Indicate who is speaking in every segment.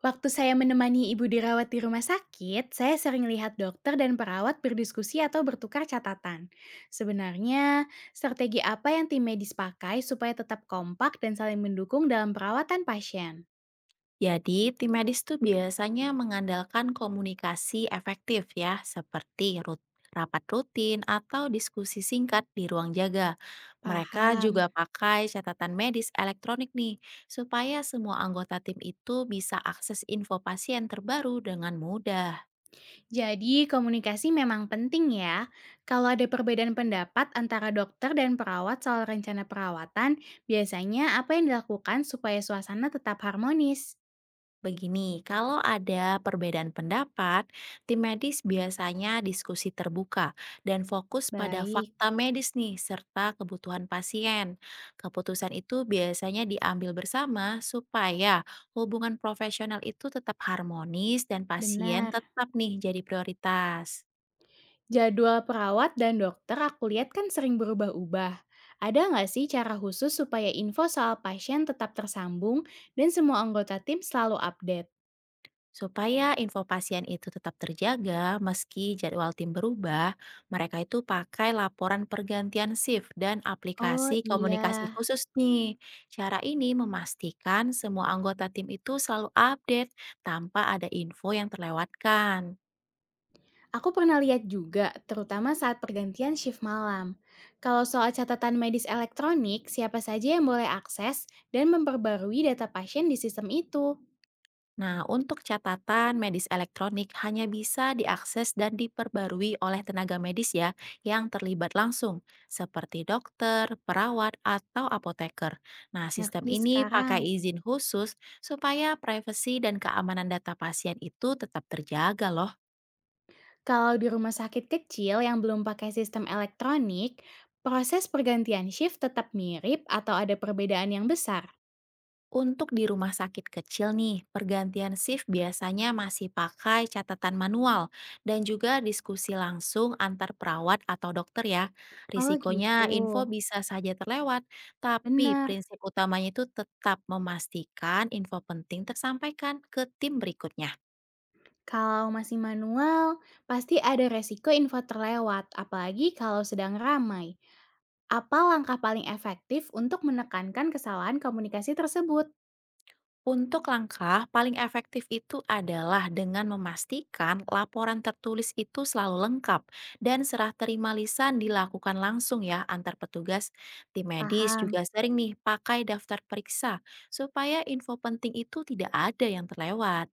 Speaker 1: Waktu saya menemani ibu dirawat di rumah sakit, saya sering lihat dokter dan perawat berdiskusi atau bertukar catatan. Sebenarnya, strategi apa yang tim medis pakai supaya tetap kompak dan saling mendukung dalam perawatan pasien?
Speaker 2: Jadi, tim medis itu biasanya mengandalkan komunikasi efektif ya, seperti rapat rutin atau diskusi singkat di ruang jaga. Mereka
Speaker 1: Paham.
Speaker 2: juga pakai catatan medis elektronik nih, supaya semua anggota tim itu bisa akses info pasien terbaru dengan mudah.
Speaker 1: Jadi, komunikasi memang penting ya. Kalau ada perbedaan pendapat antara dokter dan perawat soal rencana perawatan, biasanya apa yang dilakukan supaya suasana tetap harmonis?
Speaker 2: Begini, kalau ada perbedaan pendapat, tim medis biasanya diskusi terbuka dan fokus pada
Speaker 1: Baik.
Speaker 2: fakta medis nih, serta kebutuhan pasien. Keputusan itu biasanya diambil bersama supaya hubungan profesional itu tetap harmonis dan pasien
Speaker 1: Benar.
Speaker 2: tetap nih jadi prioritas.
Speaker 1: Jadwal perawat dan dokter aku lihat kan sering berubah-ubah. Ada nggak sih cara khusus supaya info soal pasien tetap tersambung dan semua anggota tim selalu update?
Speaker 2: Supaya info pasien itu tetap terjaga meski jadwal tim berubah, mereka itu pakai laporan pergantian shift dan
Speaker 1: Oh
Speaker 2: aplikasi
Speaker 1: iya,
Speaker 2: komunikasi khusus nih. Cara ini memastikan semua anggota tim itu selalu update tanpa ada info yang terlewatkan.
Speaker 1: aku pernah lihat juga, terutama saat pergantian shift malam. Kalau soal catatan medis elektronik, siapa saja yang boleh akses dan memperbarui data pasien di sistem itu?
Speaker 2: Nah, untuk catatan medis elektronik hanya bisa diakses dan diperbarui oleh tenaga medis ya yang terlibat langsung, seperti dokter, perawat, atau apoteker. Nah, sistem
Speaker 1: Ngerti
Speaker 2: ini
Speaker 1: sekarang.
Speaker 2: pakai izin khusus supaya privasi dan keamanan data pasien itu tetap terjaga loh.
Speaker 1: Kalau di rumah sakit kecil yang belum pakai sistem elektronik, proses pergantian shift tetap mirip atau ada perbedaan yang besar?
Speaker 2: Untuk di rumah sakit kecil nih, pergantian shift biasanya masih pakai catatan manual dan juga diskusi langsung antar perawat atau dokter ya.
Speaker 1: Oh gitu,
Speaker 2: Risikonya info bisa saja terlewat, tapi
Speaker 1: benar.
Speaker 2: prinsip utamanya itu tetap memastikan info penting tersampaikan ke tim berikutnya.
Speaker 1: Kalau masih manual, pasti ada resiko info terlewat, apalagi kalau sedang ramai. Apa langkah paling efektif untuk menekankan kesalahan komunikasi tersebut?
Speaker 2: Untuk langkah paling efektif itu adalah dengan memastikan laporan tertulis itu selalu lengkap dan serah terima lisan dilakukan langsung ya antar petugas. Tim medis juga
Speaker 1: Paham.
Speaker 2: sering nih pakai daftar periksa supaya info penting itu tidak ada yang terlewat.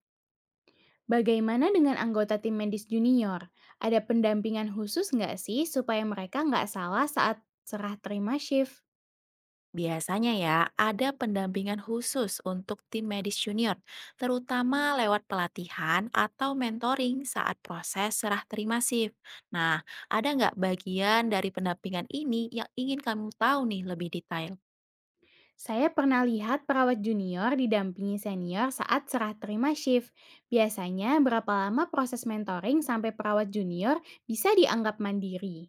Speaker 1: Bagaimana dengan anggota tim medis junior? Ada pendampingan khusus nggak sih supaya mereka nggak salah saat serah terima shift?
Speaker 2: Biasanya ya, ada pendampingan khusus untuk tim medis junior, terutama lewat pelatihan atau mentoring saat proses serah terima shift. Nah, ada nggak bagian dari pendampingan ini yang ingin kamu tahu nih lebih detail?
Speaker 1: Saya pernah lihat perawat junior didampingi senior saat serah terima shift. Biasanya berapa lama proses mentoring sampai perawat junior bisa dianggap mandiri?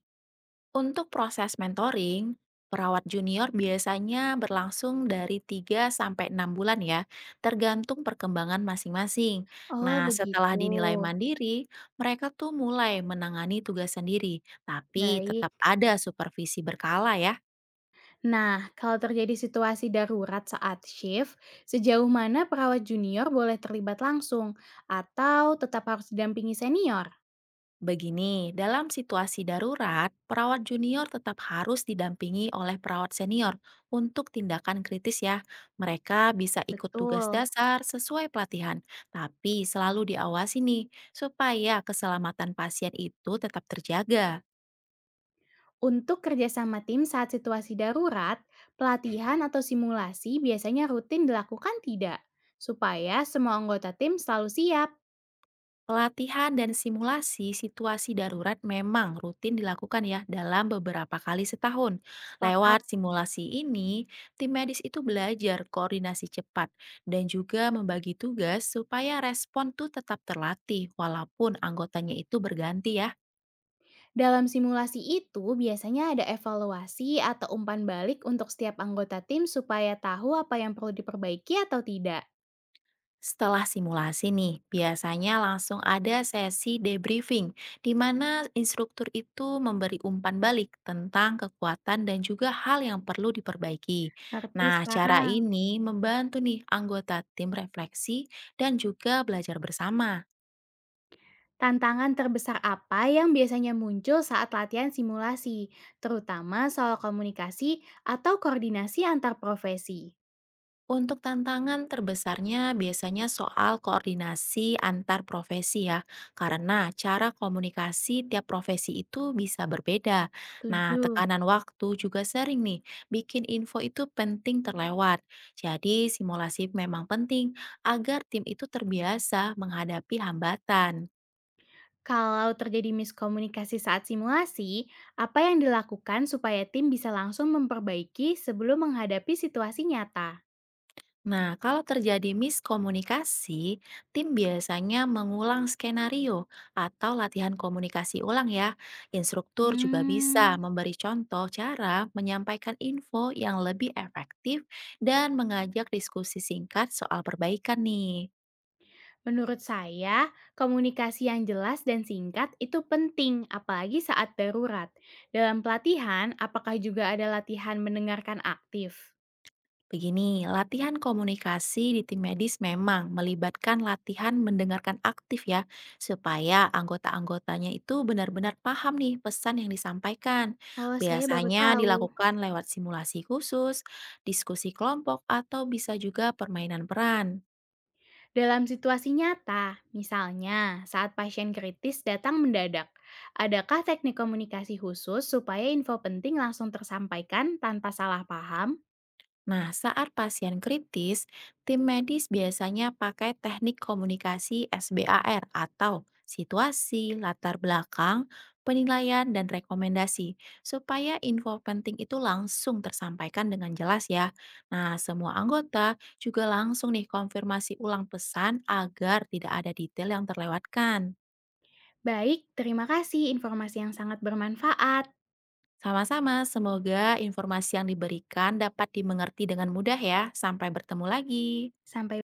Speaker 2: Untuk proses mentoring, perawat junior biasanya berlangsung dari 3 sampai 6 bulan ya, tergantung perkembangan masing-masing.
Speaker 1: Oh,
Speaker 2: Nah, setelah
Speaker 1: begitu.
Speaker 2: dinilai mandiri, mereka tuh mulai menangani tugas sendiri, tapi tetap
Speaker 1: Baik.
Speaker 2: ada supervisi berkala ya.
Speaker 1: Nah, kalau terjadi situasi darurat saat shift, sejauh mana perawat junior boleh terlibat langsung atau tetap harus didampingi senior?
Speaker 2: Begini, dalam situasi darurat, perawat junior tetap harus didampingi oleh perawat senior untuk tindakan kritis ya. Mereka bisa ikut tugas
Speaker 1: Betul.
Speaker 2: dasar sesuai pelatihan, tapi selalu diawasi nih supaya keselamatan pasien itu tetap terjaga.
Speaker 1: Untuk kerjasama tim saat situasi darurat, pelatihan atau simulasi biasanya rutin dilakukan tidak, supaya semua anggota tim selalu siap.
Speaker 2: Pelatihan dan simulasi situasi darurat memang rutin dilakukan ya dalam beberapa kali setahun.
Speaker 1: Sepakat.
Speaker 2: Lewat simulasi ini, tim medis itu belajar koordinasi cepat dan juga membagi tugas supaya respon tuh tetap terlatih walaupun anggotanya itu berganti ya.
Speaker 1: Dalam simulasi itu biasanya ada evaluasi atau umpan balik untuk setiap anggota tim supaya tahu apa yang perlu diperbaiki atau tidak.
Speaker 2: Setelah simulasi nih, biasanya langsung ada sesi debriefing, di mana instruktur itu memberi umpan balik tentang kekuatan dan juga hal yang perlu diperbaiki.
Speaker 1: Ngerti
Speaker 2: Nah, cara
Speaker 1: sekarang.
Speaker 2: ini membantu nih anggota tim refleksi dan juga belajar bersama.
Speaker 1: Tantangan terbesar apa yang biasanya muncul saat latihan simulasi, terutama soal komunikasi atau koordinasi antar profesi?
Speaker 2: Untuk tantangan terbesarnya biasanya soal koordinasi antar profesi ya, karena cara komunikasi tiap profesi itu bisa berbeda. Nah,
Speaker 1: Setuju.
Speaker 2: tekanan waktu juga sering nih, bikin info itu penting terlewat. Jadi, simulasi memang penting agar tim itu terbiasa menghadapi hambatan.
Speaker 1: Kalau terjadi miskomunikasi saat simulasi, apa yang dilakukan supaya tim bisa langsung memperbaiki sebelum menghadapi situasi nyata?
Speaker 2: Nah, kalau terjadi miskomunikasi, tim biasanya mengulang skenario atau latihan komunikasi ulang ya. Instruktur juga bisa
Speaker 1: Hmm,
Speaker 2: memberi contoh cara menyampaikan info yang lebih efektif dan mengajak diskusi singkat soal perbaikan nih.
Speaker 1: Menurut saya, komunikasi yang jelas dan singkat itu penting, apalagi saat darurat. Dalam pelatihan, apakah juga ada latihan mendengarkan aktif?
Speaker 2: Begini, latihan komunikasi di tim medis memang melibatkan latihan mendengarkan aktif ya, supaya anggota-anggotanya itu benar-benar paham nih pesan yang disampaikan.
Speaker 1: Oh, saya baru
Speaker 2: Biasanya
Speaker 1: tahu.
Speaker 2: dilakukan lewat simulasi khusus, diskusi kelompok, atau bisa juga permainan peran.
Speaker 1: Dalam situasi nyata, misalnya saat pasien kritis datang mendadak, adakah teknik komunikasi khusus supaya info penting langsung tersampaikan tanpa salah paham?
Speaker 2: Nah, saat pasien kritis, tim medis biasanya pakai teknik komunikasi SBAR atau situasi, latar belakang, penilaian, dan rekomendasi supaya info penting itu langsung tersampaikan dengan jelas ya. Nah, semua anggota juga langsung nih konfirmasi ulang pesan agar tidak ada detail yang terlewatkan.
Speaker 1: Baik, terima kasih informasi yang sangat bermanfaat.
Speaker 2: Sama-sama, semoga informasi yang diberikan dapat dimengerti dengan mudah ya. Sampai bertemu lagi.
Speaker 1: Sampai